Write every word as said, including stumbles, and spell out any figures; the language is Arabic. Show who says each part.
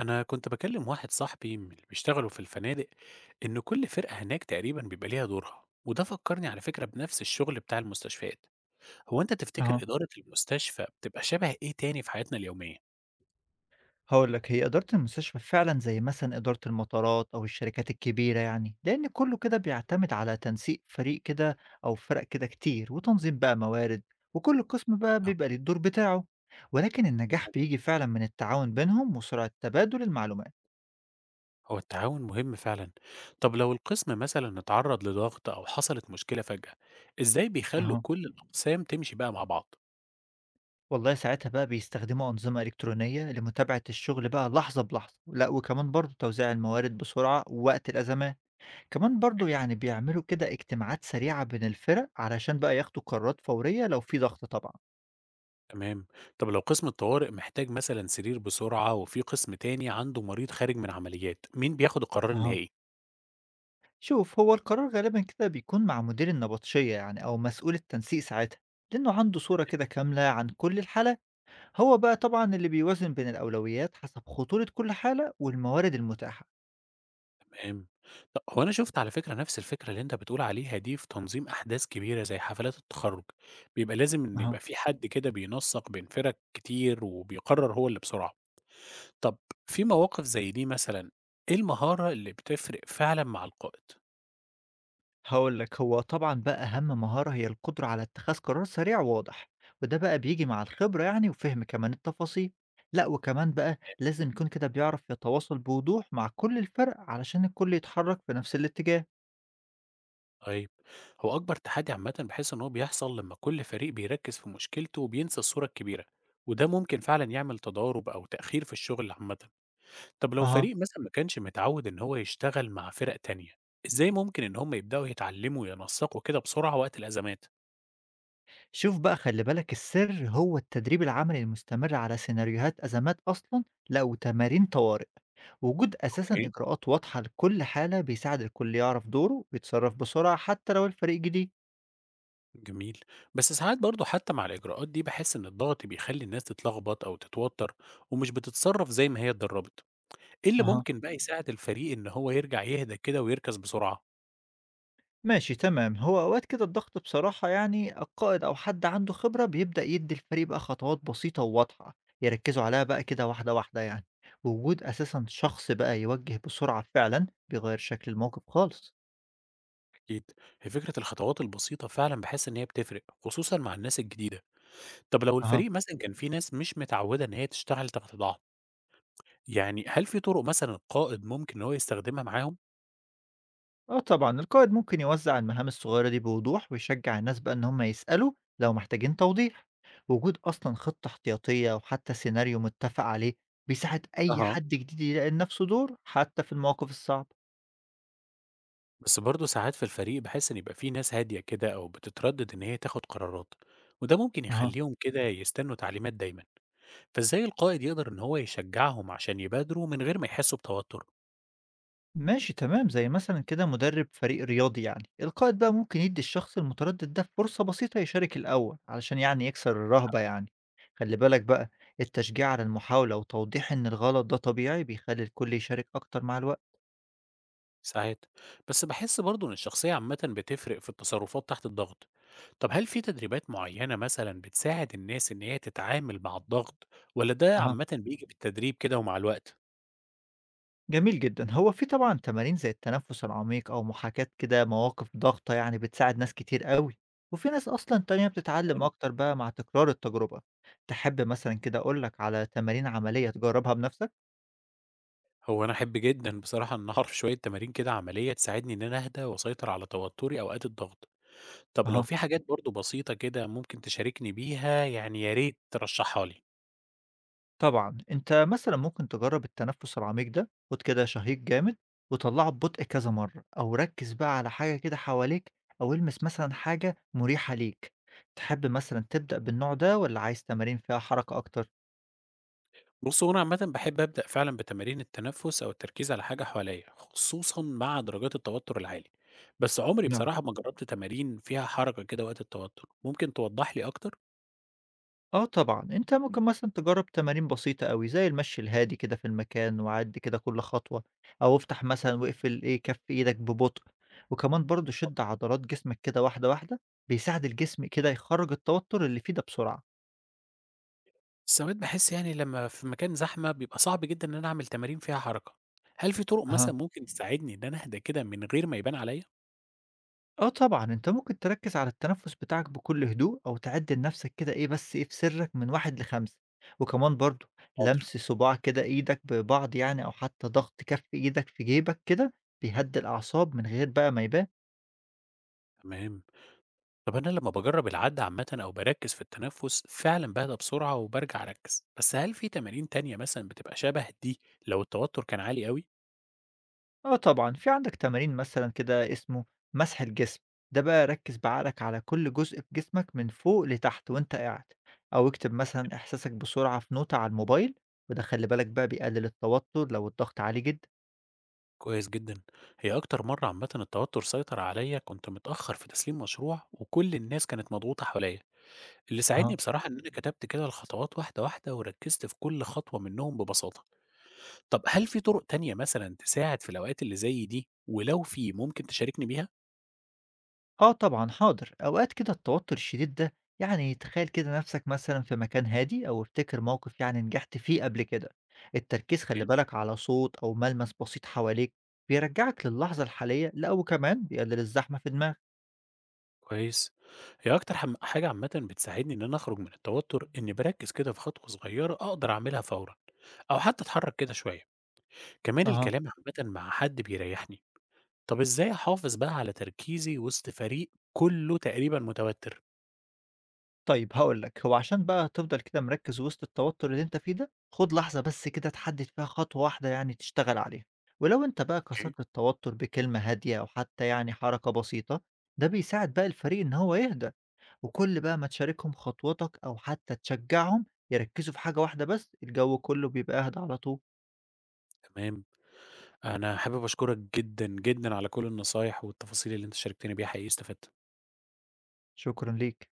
Speaker 1: أنا كنت بكلم واحد صاحبي من اللي بيشتغلوا في الفنادق، إن كل فرقة هناك تقريبا بيبقى ليها دورها. وده فكرني على فكرة بنفس الشغل بتاع المستشفيات. هو أنت
Speaker 2: أها،
Speaker 1: تفتكر إدارة المستشفى بتبقى شبه إيه تاني في حياتنا اليومية؟
Speaker 2: هاقول لك هي إدارة المستشفى فعلًا زي مثلًا إدارة المطارات أو الشركات الكبيرة يعني، لأن كلّه كده بيعتمد على تنسيق فريق كده أو فرق كده كتير، وتنظيم بقى موارد، وكل قسم بقى
Speaker 1: آه،
Speaker 2: بيبقى ليه الدور بتاعه، ولكن النجاح بييجي فعلًا من التعاون بينهم وسرعة تبادل المعلومات.
Speaker 1: هو التعاون مهم فعلا. طب لو القسم مثلا اتعرض لضغط أو حصلت مشكلة فجأة، إزاي بيخلوا
Speaker 2: أها.
Speaker 1: كل الأقسام تمشي بقى مع بعض؟
Speaker 2: والله ساعتها بقى بيستخدموا أنظمة إلكترونية لمتابعة الشغل بقى لحظة بلحظة، لأ وكمان برضه توزيع الموارد بسرعة وقت الأزمات. كمان برضه يعني بيعملوا كده اجتماعات سريعة بين الفرق علشان بقى ياخدوا قرارات فورية لو في ضغط طبعا.
Speaker 1: تمام. طب لو قسم الطوارئ محتاج مثلا سرير بسرعة وفي قسم تاني عنده مريض خارج من عمليات، مين بياخد القرار
Speaker 2: اها.
Speaker 1: النهائي؟
Speaker 2: شوف هو القرار غالبا كده بيكون مع مدير النبطشية يعني أو مسؤول التنسيق ساعتها، لأنه عنده صورة كده كاملة عن كل الحالة، هو بقى طبعا اللي بيوازن بين الأولويات حسب خطورة كل حالة والموارد المتاحة.
Speaker 1: تمام. طَب هو أنا شُفت على فكرة نفس الفكرة اللي أنت بتقول عليها دي في تنظيم أحداث كبيرة زي حفلات التخرُّج، بيبقى لازم إن
Speaker 2: اها.
Speaker 1: يبقى في حد كده بينسّق بين فِرَق كتير وبيقرّر هو اللي بسرعة. طَب في مواقف زي دي مثلًا، إيه المهارة اللي بتفرق فعلًا مع القائد؟
Speaker 2: هاقول لك، هو طبعًا بقى أهم مهارة هي القدرة على اتخاذ قرار سريع وواضح، وده بقى بييجي مع الخبرة يعني وفهم كمان التفاصيل. لأ، وكمان بقى لازم يكون كده بيعرف يتواصل بوضوح مع كل الفرق علشان الكل يتحرك في نفس الاتجاه.
Speaker 1: طيب، هو أكبر تحدي عامةً باحس إن هو بيحصل لمّا كل فريق بيركّز في مشكلته وبينسى الصورة الكبيرة، وده ممكن فعلًا يعمل تضارب أو تأخير في الشغل عامةً. طب لو
Speaker 2: أها.
Speaker 1: فريق مثلا ما كانش متعود إن هو يشتغل مع فرق تانية، إزاي ممكن إن هم يبدأوا يتعلموا وينسقوا كده بسرعة وقت الأزمات؟
Speaker 2: شوف بقى خلِّ بالك السر هو التدريب العملي المستمر على سيناريوهات أزمات أصلًا، لأ وتمارين طوارئ. وجود أساسًا
Speaker 1: أوكي،
Speaker 2: إجراءات واضحة لكل حالة بيساعد الكل يعرف دوره ويتصرف بسرعة حتى لو الفريق جديد.
Speaker 1: جميل. بس ساعات برضه حتى مع الإجراءات دي بحس إن الضغط بيخلي الناس تتلخبط أو تتوتر ومش بتتصرف زي ما هي اتدربت. إيه اللي
Speaker 2: أها.
Speaker 1: ممكن بقى يساعد الفريق إن هو يرجع يهدى كده ويركز بسرعة؟
Speaker 2: ماشي تمام، هو أوقات كده الضغط بصراحة يعني القائد أو حد عنده خبرة بيبدأ يدي الفريق بقى خطوات بسيطة وواضحة يركزوا عليها بقى كده واحدة واحدة يعني. وجود أساسا شخص بقى يوجه بسرعة فعلا بيغير شكل الموقف خالص.
Speaker 1: أكيد. هي فكرة الخطوات البسيطة فعلا بحس إن هي بتفرق خصوصا مع الناس الجديدة. طب لو
Speaker 2: اها.
Speaker 1: الفريق مثلا كان فيه ناس مش متعودة إن هي تشتغل تحت ضغط، يعني هل في طرق مثلًا القائد ممكن إن هو يستخدمها معاهم؟
Speaker 2: اه طبعا القائد ممكن يوزع المهام الصغيرة دي بوضوح ويشجع الناس بقى إن هم يسألوا لو محتاجين توضيح. وجود أصلا خطة احتياطية أو حتى سيناريو متفق عليه بيساعد أي
Speaker 1: أها.
Speaker 2: حد جديد يلاقي لنفسه دور حتى في المواقف الصعبة.
Speaker 1: بس برضه ساعات في الفريق باحس إن يبقى في ناس هادية كده أو بتتردد إن هي تاخد قرارات، وده ممكن
Speaker 2: اها.
Speaker 1: يخليهم كده يستنوا تعليمات دايمًا، فإزاي القائد يقدر إن هو يشجعهم عشان يبادروا من غير ما يحسوا بتوتر؟
Speaker 2: ماشي تمام، زي مثلا كده مدرب فريق رياضي يعني القائد بقى ممكن يدي الشخص المتردد ده فرصة بسيطة يشارك الأول علشان يعني يكسر الرهبة يعني. خلي بالك بقى، التشجيع على المحاولة وتوضيح إن الغلط ده طبيعي بيخلي الكل يشارك أكتر مع الوقت.
Speaker 1: ساعات، بس باحس برضه إن الشخصية عامةً بتفرق في التصرفات تحت الضغط. طب هل في تدريبات معينة مثلًا بتساعد الناس إن هي تتعامل مع الضغط، والّا ده
Speaker 2: أها.
Speaker 1: عامةً بييجي بالتدريب كده ومع الوقت؟
Speaker 2: جميل جدا، هو في طبعا تمارين زي التنفس العميق أو محاكاة كده مواقف ضغطة يعني بتساعد ناس كتير قوي، وفي ناس أصلا تانية بتتعلم
Speaker 1: فاهم؟
Speaker 2: أكتر بقى مع تكرار التجربة. تحب مثلا كده أقولك على تمارين عملية تجربها بنفسك؟
Speaker 1: هو أنا أحب جدًا بصراحة إن أعرف شوية تمارين كده عملية تساعدني إن أنا أهدى وأسيطر على توتري أوقات الضغط. طب لو
Speaker 2: أها.
Speaker 1: في حاجات برضه بسيطة كده ممكن تشاركني بيها، يعني يا ريت ترشّحها لي.
Speaker 2: طبعًا، أنت مثلًا ممكن تجرّب التنفس العميق ده، خُد كده شهيق جامد وطلّعه ببطء كذا مرّة، أو ركّز بقى على حاجة كده حواليك، أو إلمس مثلًا حاجة مُريحة ليك. تحب مثلًا تبدأ بالنوع ده والّا عايز تمارين فيها حركة أكتر؟
Speaker 1: بُص، هو أنا عامةً باحب أبدأ فعلًا بتمارين التنفس أو التركيز على حاجة حواليّا، خصوصًا مع درجات التوتر العالي. بس عمري
Speaker 2: نعم.
Speaker 1: بصراحة ما جربت تمارين فيها حركة كده وقت التوتر، ممكن توضح لي أكتر؟
Speaker 2: آه طبعًا، أنت ممكن مثلًا تجرّب تمارين بسيطة أوي زي المشي الهادي كده في المكان وعدّي كده كل خطوة، أو افتح مثلًا واقفل إيه، كَف إيدك ببطء، وكمان برضه شِد عضلات جسمك كده واحدة، واحدة، بيساعد الجسم كده يخرّج التوتر اللي فيه ده بسرعة.
Speaker 1: ساعات باحس يعني لمّا في مكان زحمة بيبقى صعب جدًا إن أنا أعمل تمارين فيها حركة، هل في طرق مثلًا
Speaker 2: أها.
Speaker 1: ممكن تساعدني إن أنا أهدى كده من غير ما يبان عليّا؟
Speaker 2: آه طبعًا، أنت ممكن تركّز على التنفس بتاعك بكل هدوء أو تعدّل لنفسك كده إيه بس إيه في سرّك من واحد لخمسة، وكمان برضه
Speaker 1: حاضر.
Speaker 2: لمس صباع كده إيدك ببعض يعني أو حتى ضغط كَف إيدك في جيبك كده بيهدّي الأعصاب من غير بقى ما يبان.
Speaker 1: تمام. طب أنا لمّا باجرّب العَدّ عامةً أو باركّز في التنفس فعلًا باهدى بسرعة وبارجع أركّز، بس هل في تمارين تانية مثلًا بتبقى شبه دي لو التوتر كان عالي أوي؟
Speaker 2: آه طبعًا، في عندك تمارين مثلًا كده اسمه مسح الجسم، ده بقى ركّز بعقلك على كل جزء في جسمك من فوق لتحت وأنت قاعد، أو اكتب مثلًا إحساسك بسرعة في نوتة على الموبايل، وده خلّي بالك بقى بيقلل التوتر لو الضغط عالي جدًا.
Speaker 1: كويس جدًا. هي أكتر مرّة عامةً التوتر سيطر عليّا كنت متأخّر في تسليم مشروع وكل الناس كانت مضغوطة حواليّا. اللي ساعدني بصراحة إن أنا كتبت كده الخطوات واحدة، واحدة وركّزت في كل خطوة منّهم ببساطة. طَب هل في طُرق تانية مثلًا تساعد في الأوقات اللي زي دي، ولو في ممكن تشاركني بيها؟
Speaker 2: آه طبعًا حاضر، أوقات كده التوتر الشديد ده يعني تخيّل كده نَفْسك مثلًا في مكان هادي أو افتكر موقف يعني نجحت فيه قبل كده، التركيز خلّي
Speaker 1: أوكي،
Speaker 2: بالك على صوت أو ملمس بسيط حواليك بيرجّعك للحظة الحالية، لأ وكمان بيقلل الزحمة في دماغك.
Speaker 1: كويس. هي أكتر حم حاجة عامةً بتساعدني إن أنا أخرج من التوتر إنّي باركّز كده في خطوة صغيّرة أقدر أعملها فورًا، أو حتّى أتحرّك كده شوية. كمان
Speaker 2: أها.
Speaker 1: الكلام عامةً مع حد بيريّحني. طَب إزاي أحافظ بقى على تركيزي وسط فريق كُلّه تقريبًا متوتر؟
Speaker 2: طيب هاقول لك، هو عشان بقى تفضل كده مركّز وسط التوتر اللي أنت فيه ده، خُد لحظة بس كده تحدد فيها خطوة واحدة يعني تشتغل عليها، ولو أنت بقى
Speaker 1: أوكي،
Speaker 2: كسرت التوتر بكلمة هادية أو حتى يعني حركة بسيطة، ده بيساعد بقى الفريق إن هو يهدى. وكل بقى ما تشاركهم خطواتك أو حتى تشجعهم يركزوا في حاجة واحدة بس الجو كله بيبقى أهدى على طول.
Speaker 1: تمام. أنا حابب أشكرك جدًا، جدًا على كل النصايح والتفاصيل اللي أنت شاركتني بيها، حقيقي استفدت.
Speaker 2: شكرا ليك.